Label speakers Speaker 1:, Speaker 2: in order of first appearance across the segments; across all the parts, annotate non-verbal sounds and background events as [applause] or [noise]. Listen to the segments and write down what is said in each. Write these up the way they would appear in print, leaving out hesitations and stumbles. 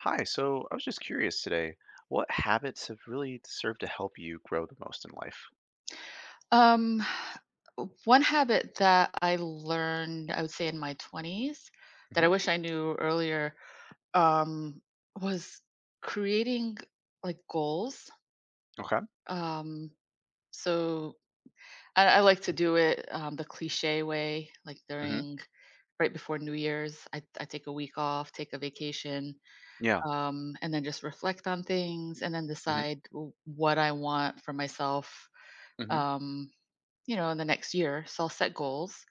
Speaker 1: Hi, so I was just curious today, what habits have really served to help you grow the most in life?
Speaker 2: Um, One habit that I learned, I would say in my 20s, that I
Speaker 1: Hmm.
Speaker 2: wish I knew earlier, um, was creating like goals.
Speaker 1: Okay.
Speaker 2: Um, so I like to do it the cliche way, like
Speaker 1: Hmm.
Speaker 2: during right before New Year's, I take a week off, take a vacation,
Speaker 1: Yeah.
Speaker 2: and then just reflect on things and then
Speaker 1: Hmm.
Speaker 2: decide what I want for myself,
Speaker 1: Hmm.
Speaker 2: um, you know, in the next year. So I'll set goals.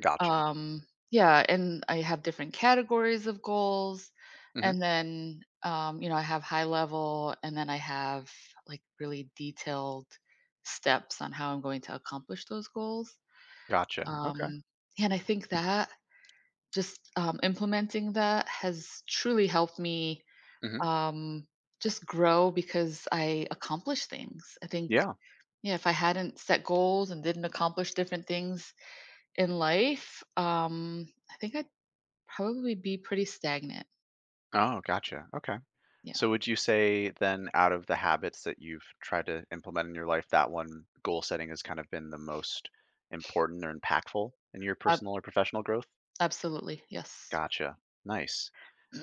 Speaker 1: Gotcha.
Speaker 2: Yeah, and I have different categories of goals.
Speaker 1: Hmm.
Speaker 2: And then, you know, I have high level and then I have like really detailed steps on how I'm going to accomplish those goals.
Speaker 1: Gotcha. Okay.
Speaker 2: Um, and I think that just implementing that has truly helped me
Speaker 1: Hmm.
Speaker 2: um, just grow because I accomplish things. I think,
Speaker 1: Yeah.
Speaker 2: yeah, if I hadn't set goals and didn't accomplish different things in life, I think I probably be pretty stagnant.
Speaker 1: Oh, gotcha. Okay.
Speaker 2: Yeah.
Speaker 1: So would you say then, out of the habits that you've tried to implement in your life, that one goal setting has kind of been the most important or impactful in your
Speaker 2: Ab
Speaker 1: personal or professional growth?
Speaker 2: Absolutely. Yes. [clears throat]
Speaker 1: Gotcha. Nice.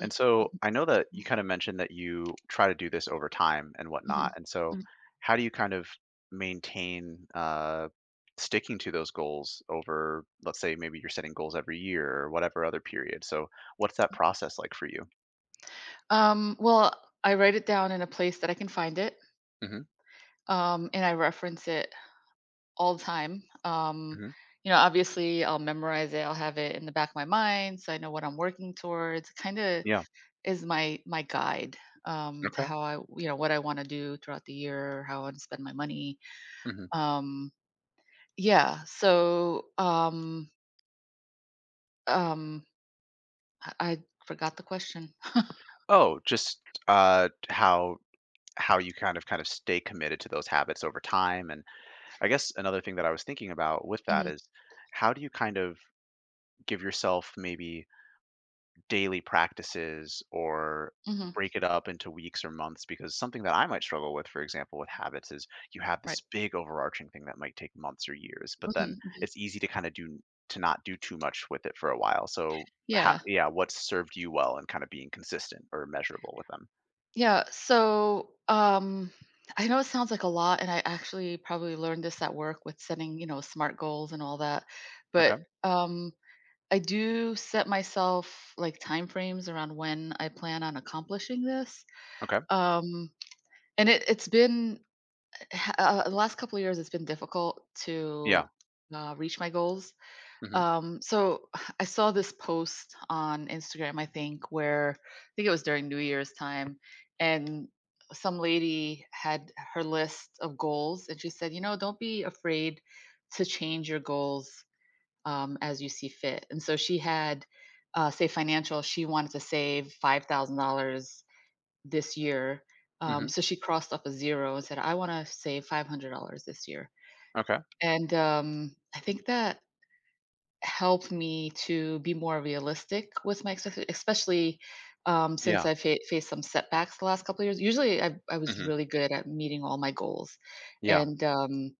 Speaker 1: And so I know that you kind of mentioned that you try to do this over time and whatnot.
Speaker 2: Mhm.
Speaker 1: And so
Speaker 2: Mm.
Speaker 1: how do you kind of maintain sticking to those goals over, let's say, maybe you're setting goals every year or whatever other period? So what's that process like for you?
Speaker 2: Well, I write it down in a place that I can find it,
Speaker 1: Hmm.
Speaker 2: and I reference it all the time.
Speaker 1: Hmm.
Speaker 2: You know, obviously, I'll memorize it. I'll have it in the back of my mind, so I know what I'm working towards. Kinda
Speaker 1: Yeah.
Speaker 2: is my guide, to
Speaker 1: Okay.
Speaker 2: how I, you know, what I wanna do throughout the year, how I wanna spend my money.
Speaker 1: Hmm.
Speaker 2: Um, yeah, so, um, I forgot the question.
Speaker 1: Oh, just how you kind of stay committed to those habits over time. And I guess another thing that I was thinking about with that
Speaker 2: Mhm,
Speaker 1: is how do you kind of give yourself maybe daily practices or
Speaker 2: mhm,
Speaker 1: break it up into weeks or months, because something that I might struggle with, for example, with habits is you have this
Speaker 2: right.
Speaker 1: big overarching thing that might take months or years, but then
Speaker 2: Mhm, mhm.
Speaker 1: it's easy to kind of do to not do too much with it for a while. So
Speaker 2: Yeah,
Speaker 1: yeah, what's served you well and kind of being consistent or measurable with them.
Speaker 2: yeah, so, I know it sounds like a lot, and I actually probably learned this at work with setting, you know, SMART goals and all that,
Speaker 1: Okay.
Speaker 2: but, um, I do set myself, like, time frames around when I plan on accomplishing this,
Speaker 1: Okay.
Speaker 2: um, and it's been, [sighs] the last couple of years, it's been difficult
Speaker 1: Yeah.
Speaker 2: to, reach my goals.
Speaker 1: Hmm.
Speaker 2: So [sighs] I saw this post on Instagram, I think, where I think it was during New Year's time, and some lady had her list of goals, and she said, you know, don't be afraid to change your goals as you see fit. And so she had, say, financial, she wanted to save $5,000 this year.
Speaker 1: Hmm.
Speaker 2: So she crossed off a zero and said, I want to save $500 this year.
Speaker 1: Okay.
Speaker 2: And I think that help me to be more realistic with my expecta especially, since
Speaker 1: Yeah.
Speaker 2: I fa faced some setbacks the last couple of years. Usually, I was
Speaker 1: Hmm.
Speaker 2: really good at meeting all my goals,
Speaker 1: Yeah.
Speaker 2: and,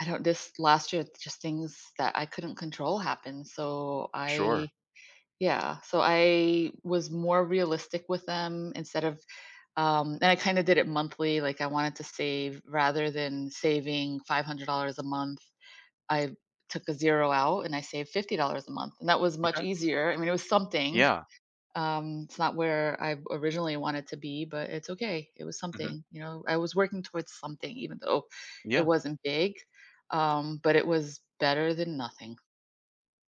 Speaker 2: I don't, this last year, just things that I couldn't control happened, so I,
Speaker 1: Sure.
Speaker 2: yeah, so I was more realistic with them instead of, and I kinda did it monthly, like, I wanted to save rather than saving $500 a month. I took a zero out and I saved $50 a month, and that was much
Speaker 1: Okay.
Speaker 2: easier. I mean, it was something.
Speaker 1: Yeah.
Speaker 2: It's not where I originally wanted to be, but it's okay. It was
Speaker 1: Hmm.
Speaker 2: something, you know. I was working towards something, even though it
Speaker 1: Yeah.
Speaker 2: wasn't big, but it was better than nothing.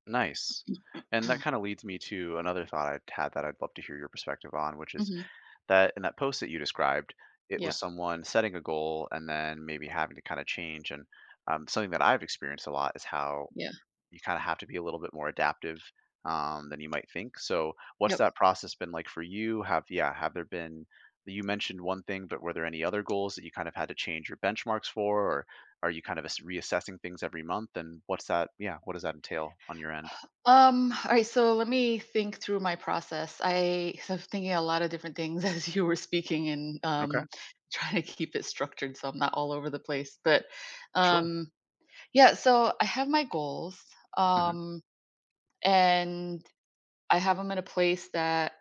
Speaker 1: Nice. And that kind of
Speaker 2: [clears throat]
Speaker 1: leads me to another thought I'd had that I'd love to hear your perspective on, which is
Speaker 2: Mhm.
Speaker 1: that in that post that you described, it
Speaker 2: Yeah.
Speaker 1: was someone setting a goal and then maybe having to kind of change. And something that I've experienced a lot is how
Speaker 2: Yeah.
Speaker 1: you kind of have to be a little bit more adaptive than you might think. So, what's
Speaker 2: Yep.
Speaker 1: that process been like for you? Have yeah, have there been You mentioned one thing, but were there any other goals that you kind of had to change your benchmarks for, or are you kind of reassessing things every month? And what's that? Yeah, what does that entail on your end?
Speaker 2: All right. So let me think through my process. I [laughs] so I'm thinking a lot of different things [laughs] as you were speaking and
Speaker 1: Okay,
Speaker 2: trying to keep it structured so I'm not all over the place. But
Speaker 1: sure.
Speaker 2: um, yeah, so I have my goals,
Speaker 1: Mhm.
Speaker 2: um, and I have them in a place that,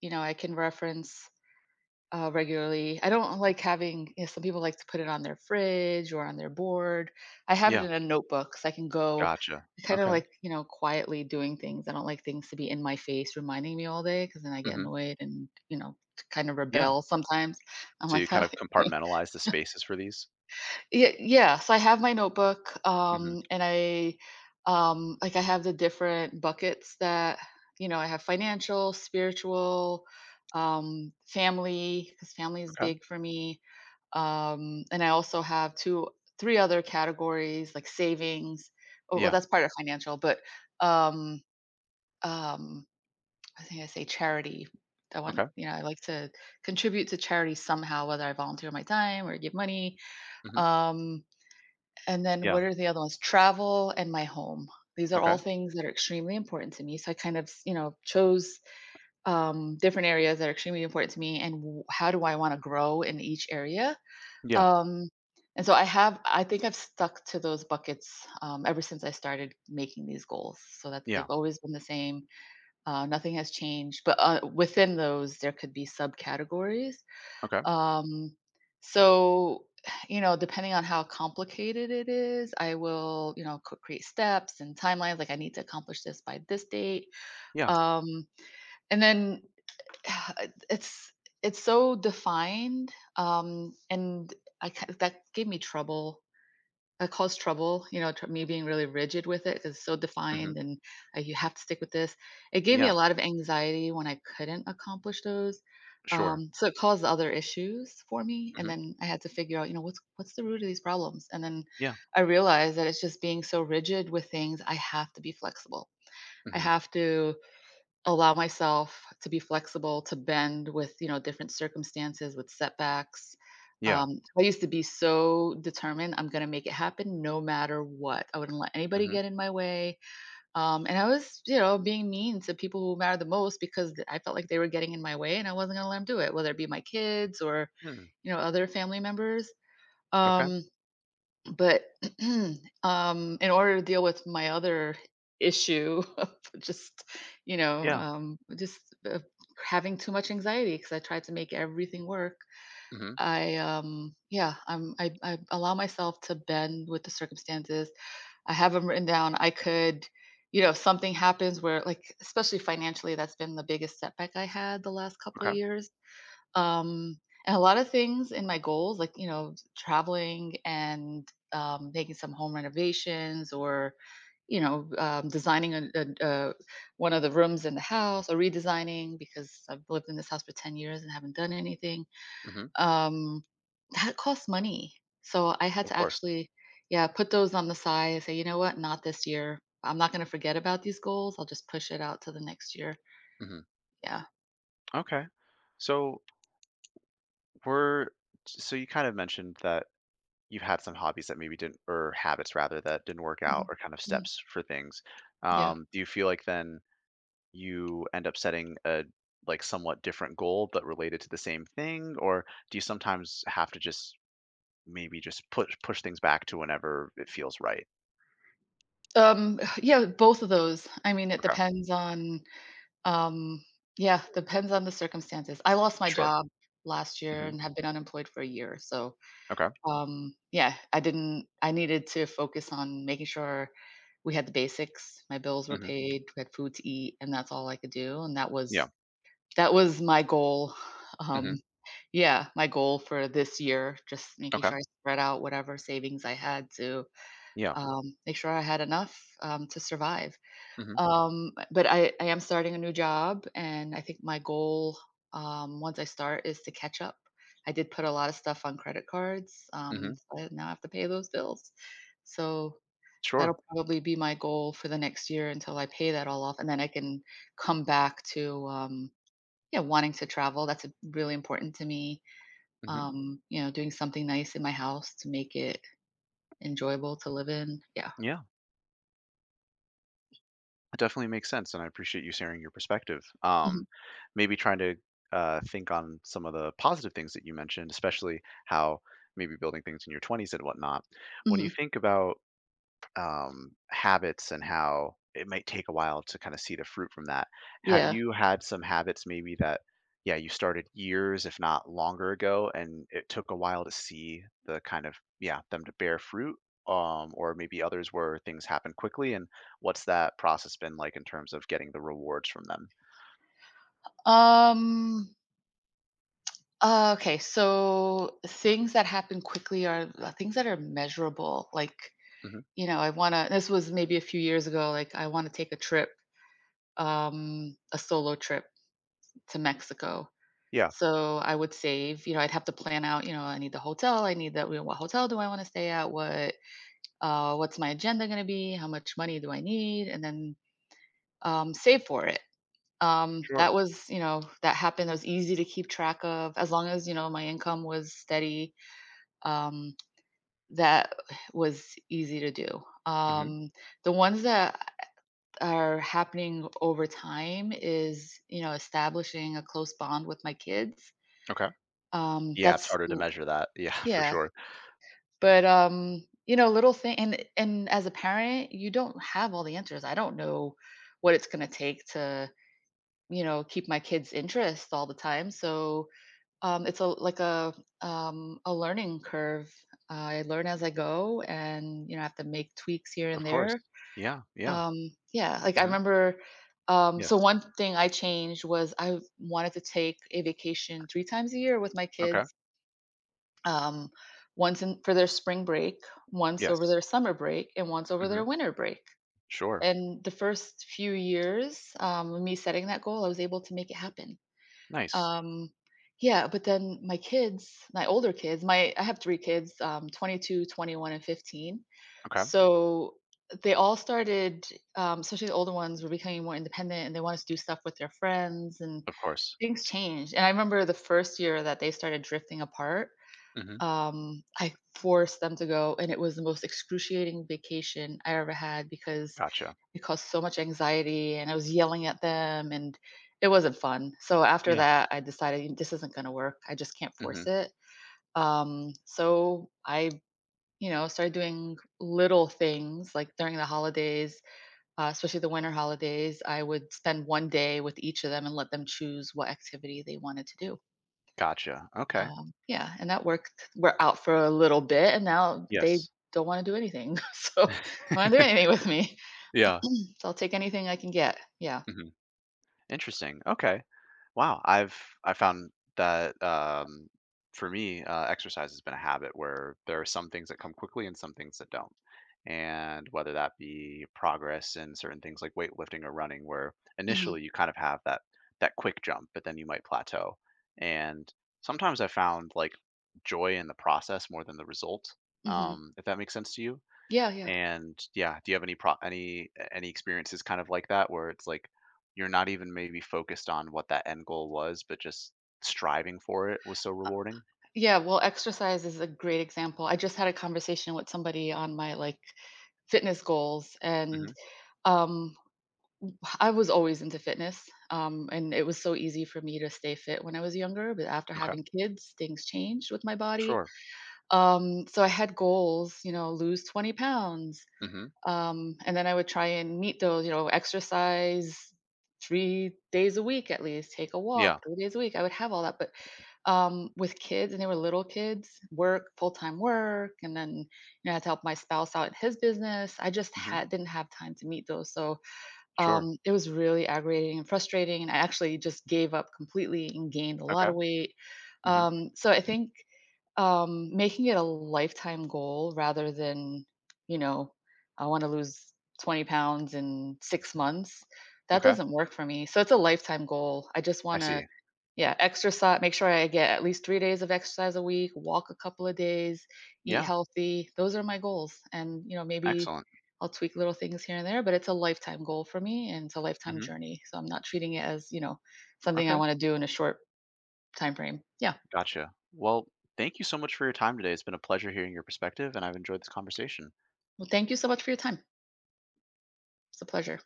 Speaker 2: you know, I can reference, regularly. I don't like having. You know, some people like to put it on their fridge or on their board. I have it
Speaker 1: Yeah,
Speaker 2: in a notebook, so I can go
Speaker 1: gotcha.
Speaker 2: kind of
Speaker 1: Okay.
Speaker 2: like, you know, quietly doing things. I don't like things to be in my face, reminding me all day, because then I get
Speaker 1: Mhm.
Speaker 2: annoyed and, you know, kind of
Speaker 1: Yeah.
Speaker 2: rebel sometimes. I'm
Speaker 1: So
Speaker 2: like,
Speaker 1: you
Speaker 2: [laughs] "Huh?"
Speaker 1: kind of
Speaker 2: [laughs]
Speaker 1: compartmentalize the spaces for these?
Speaker 2: Yeah, yeah, so I have my notebook,
Speaker 1: Mhm.
Speaker 2: and I, like I have the different buckets that, you know, I have financial, spiritual, family, because family is
Speaker 1: Okay.
Speaker 2: big for me, and I also have 2 3 other categories like savings. Oh, well,
Speaker 1: Yeah.
Speaker 2: that's part of financial, but, um, um, I think I say charity. I want,
Speaker 1: Okay.
Speaker 2: you know, I like to contribute to charity somehow, whether I volunteer my time or give money.
Speaker 1: Mhm.
Speaker 2: um and then what
Speaker 1: Yeah.
Speaker 2: are the other ones? Travel and my home. These are all
Speaker 1: Okay.
Speaker 2: things that are extremely important to me. So I kind of, you know, chose different areas that are extremely important to me and how do I want to grow in each area.
Speaker 1: Yeah.
Speaker 2: Um, and so I have, I think I've stuck to those buckets ever since I started making these goals, so that they've
Speaker 1: Yeah.
Speaker 2: always been the same. Nothing has changed. But within those, there could be subcategories.
Speaker 1: Okay.
Speaker 2: Um, so, you know, depending on how complicated it is, I will, you know, create steps and timelines. Like, I need to accomplish this by this date.
Speaker 1: Yeah.
Speaker 2: Um, and then [sighs] it's it's so defined, and that gave me trouble, caused trouble. You know, me being really rigid with it because it's so
Speaker 1: Mhm.
Speaker 2: defined, and you have to stick with this. It gave me a
Speaker 1: Yeah.
Speaker 2: lot of anxiety when I couldn't accomplish those.
Speaker 1: Sure.
Speaker 2: So it caused other issues for me, and
Speaker 1: Mhm.
Speaker 2: then I had to figure out, you know, what's the root of these problems. And then
Speaker 1: Yeah.
Speaker 2: I realized that it's just being so rigid with things. I have to be flexible. I
Speaker 1: Mhm.
Speaker 2: have to allow myself to be flexible, to bend with, you know, different circumstances, with setbacks.
Speaker 1: Yeah.
Speaker 2: I used to be so determined, I'm gonna make it happen no matter what. I wouldn't let anybody
Speaker 1: Mhm.
Speaker 2: get in my way. And I was, you know, being mean to people who matter the most because I felt like they were getting in my way and I wasn't gonna let them do it, whether it be my kids or,
Speaker 1: Mm.
Speaker 2: you know, other family members.
Speaker 1: Okay.
Speaker 2: Um, but, [clears throat] in order to deal with my other issue [laughs] of just, you know,
Speaker 1: Yeah.
Speaker 2: just, uh, having too much anxiety because I tried to make everything work,
Speaker 1: Mhm.
Speaker 2: yeah, I allow myself to bend with the circumstances. I have them written down. I could, you know, if something happens where, like, especially financially, that's been the biggest setback I had the last couple of
Speaker 1: Okay.
Speaker 2: years. Um, and a lot of things in my goals, like, you know, traveling and making some home renovations or, you know, designing one of the rooms in the house or redesigning because I've lived in this house for 10 years and haven't done anything.
Speaker 1: Mhm.
Speaker 2: Um, that costs money. So I had
Speaker 1: Of
Speaker 2: to
Speaker 1: course.
Speaker 2: actually, yeah, put those on the side and say, you know what, not this year. I'm not going to forget about these goals. I'll just push it out to the next year.
Speaker 1: Mhm.
Speaker 2: Yeah.
Speaker 1: Okay. So we're so you kind of mentioned that you've had some hobbies that maybe didn't, or habits rather that didn't work out,
Speaker 2: Mhm.
Speaker 1: or kind of
Speaker 2: Mhm.
Speaker 1: steps for things.
Speaker 2: Yeah.
Speaker 1: Do you feel like then you end up setting a like somewhat different goal but related to the same thing, or do you sometimes have to just maybe just push things back to whenever it feels right?
Speaker 2: Yeah, both of those. I mean, it
Speaker 1: Okay.
Speaker 2: depends on, um, yeah, depends on the circumstances. I lost my
Speaker 1: Sure.
Speaker 2: job last year
Speaker 1: Hmm.
Speaker 2: and have been unemployed for a year. So,
Speaker 1: Okay.
Speaker 2: yeah, I didn't, I needed to focus on making sure we had the basics, my bills were
Speaker 1: Hmm.
Speaker 2: paid, we had food to eat, and that's all I could do. And
Speaker 1: Yeah.
Speaker 2: that was my goal. [laughs]
Speaker 1: Hmm.
Speaker 2: Um, yeah, my goal for this year, just making
Speaker 1: Okay.
Speaker 2: sure I spread out whatever savings I had to
Speaker 1: Yeah.
Speaker 2: make sure I had enough to survive.
Speaker 1: Hmm.
Speaker 2: But I am starting a new job, and I think my goal, once I start is to catch up. I did put a lot of stuff on credit cards,
Speaker 1: Hmm.
Speaker 2: so I now have to pay those bills. So
Speaker 1: Sure.
Speaker 2: that'll probably be my goal for the next year until I pay that all off, and then I can come back to, yeah, wanting to travel. That's a really important to me.
Speaker 1: Hmm.
Speaker 2: You know, doing something nice in my house to make it enjoyable to live in. Yeah.
Speaker 1: Yeah, it definitely makes sense, and I appreciate you sharing your perspective.
Speaker 2: Mhm.
Speaker 1: Maybe trying to think on some of the positive things that you mentioned, especially how maybe building things in your 20s and whatnot, when you
Speaker 2: Mhm.
Speaker 1: think about habits and how it might take a while to kind of see the fruit from that. Have
Speaker 2: Yeah.
Speaker 1: you had some habits maybe that, yeah, you started years, if not longer ago, and it took a while to see the kind of, yeah, them to bear fruit? Or maybe others where things happen quickly, and what's that process been like in terms of getting the rewards from them?
Speaker 2: Um okay, so things that happen quickly are the things that are measurable. Like,
Speaker 1: Hmm.
Speaker 2: you know, I want to, this was maybe a few years ago, like, I want to take a trip, a solo trip to Mexico.
Speaker 1: Yeah,
Speaker 2: So I would save, you know, I'd have to plan out, you know, I need the hotel, I need that, you know, what hotel do I want to stay at? What's my agenda going to be? How much money do I need? And then save for it.
Speaker 1: sure.
Speaker 2: That was, you know, that happened. It was easy to keep track of as long as, you know, my income was steady. um, that was easy to do.
Speaker 1: Hmm.
Speaker 2: Um, the ones that are happening over time is, you know, establishing a close bond with my kids.
Speaker 1: Okay.
Speaker 2: Um,
Speaker 1: Yeah, it's
Speaker 2: that's
Speaker 1: harder to measure that. [laughs] Yeah, for
Speaker 2: yeah,
Speaker 1: sure.
Speaker 2: but you know, little thing, and as a parent, you don't have all the answers. I don't know what it's going to take to, you know, keep my kids' interest all the time. So it's a like a learning curve. I learn as I go, and you know, I have to make tweaks here
Speaker 1: Of
Speaker 2: and
Speaker 1: course.
Speaker 2: there.
Speaker 1: Yeah, yeah.
Speaker 2: Yeah, I
Speaker 1: Hmm.
Speaker 2: remember, so
Speaker 1: Yes.
Speaker 2: one thing I changed was I wanted to take a vacation 3 times a year with my
Speaker 1: Okay.
Speaker 2: kids, um, once in for their spring break, once over
Speaker 1: Yes.
Speaker 2: their summer break, and once over their
Speaker 1: Hmm.
Speaker 2: winter break.
Speaker 1: Sure.
Speaker 2: And the first few years, with me setting that goal, I was able to make it happen.
Speaker 1: Nice.
Speaker 2: Um, yeah, but then my kids, my older kids, my I have 3 kids, 22, 21, and 15.
Speaker 1: Okay.
Speaker 2: So they all started, especially the older ones, were becoming more independent and they wanted to do stuff with their friends and
Speaker 1: Of course.
Speaker 2: things changed. And I remember the first year that they started drifting apart,
Speaker 1: Mhm.
Speaker 2: I forced them to go and it was the most excruciating vacation I ever had because
Speaker 1: Gotcha.
Speaker 2: it caused so much anxiety, and I was yelling at them, and it wasn't fun. So after
Speaker 1: Yeah.
Speaker 2: that, I decided this isn't going to work. I just can't force
Speaker 1: Mhm.
Speaker 2: it. So you know, started doing little things like during the holidays, especially the winter holidays. I would spend one day with each of them and let them choose what activity they wanted to do.
Speaker 1: Gotcha. Okay.
Speaker 2: Yeah, and that worked. We're out for a little bit, and now they
Speaker 1: Yes.
Speaker 2: don't want to do anything. [laughs] Don't want to do anything with me. [clears throat]
Speaker 1: Yeah.
Speaker 2: So I'll take anything I can get. Yeah.
Speaker 1: Mhm. Interesting. Okay. Wow. I found that for me, exercise has been a habit where there are some things that come quickly and some things that don't. And whether that be progress in certain things like weightlifting or running, where
Speaker 2: Mhm.
Speaker 1: initially you kind of have that quick jump, but then you might plateau. And sometimes I found like joy in the process more than the result.
Speaker 2: Mhm.
Speaker 1: If that makes sense to you.
Speaker 2: Yeah, yeah.
Speaker 1: And yeah, do you have any pro any experiences kind of like that where it's like you're not even maybe focused on what that end goal was, but just striving for it was so
Speaker 2: Uh,
Speaker 1: rewarding?
Speaker 2: yeah, well, exercise is a great example. I just had a conversation with somebody on my, fitness goals, and,
Speaker 1: Hmm.
Speaker 2: um, I was always into fitness, and it was so easy for me to stay fit when I was younger, but after
Speaker 1: Okay,
Speaker 2: having kids, things changed with my body.
Speaker 1: sure.
Speaker 2: So I had goals, you know, lose 20 pounds,
Speaker 1: Hmm.
Speaker 2: and then I would try and meet those, you know, exercise 3 days a week at least, take a
Speaker 1: Yeah.
Speaker 2: walk 3 days a week. I would have all that, but with kids, and they were little kids, work, full time work, and then you know, I had to help my spouse out in his business. I just
Speaker 1: Hmm.
Speaker 2: had didn't have time to meet those, so
Speaker 1: Sure.
Speaker 2: it was really aggravating and frustrating. And I actually just gave up completely and gained a lot
Speaker 1: Okay.
Speaker 2: of weight.
Speaker 1: Hmm.
Speaker 2: So I think making it a lifetime goal rather than, you know, I want to lose 20 pounds in 6 months. That
Speaker 1: Okay.
Speaker 2: doesn't work for me. So it's a lifetime goal. I just
Speaker 1: I
Speaker 2: want to,
Speaker 1: see.
Speaker 2: yeah, exercise, make sure I get at least 3 days of exercise a week, walk a couple of days, eat
Speaker 1: Yeah.
Speaker 2: healthy. Those are my goals, and, you know, maybe
Speaker 1: Excellent.
Speaker 2: I'll tweak little things here and there, but it's a lifetime goal for me, and it's a lifetime
Speaker 1: Hmm.
Speaker 2: journey, so I'm not treating it as, you know, something I
Speaker 1: Okay.
Speaker 2: wanna do in a short time frame. Yeah.
Speaker 1: Gotcha. Well, thank you so much for your time today. It's been a pleasure hearing your perspective, and I've enjoyed this conversation.
Speaker 2: Well, thank you so much for your time. It's a pleasure.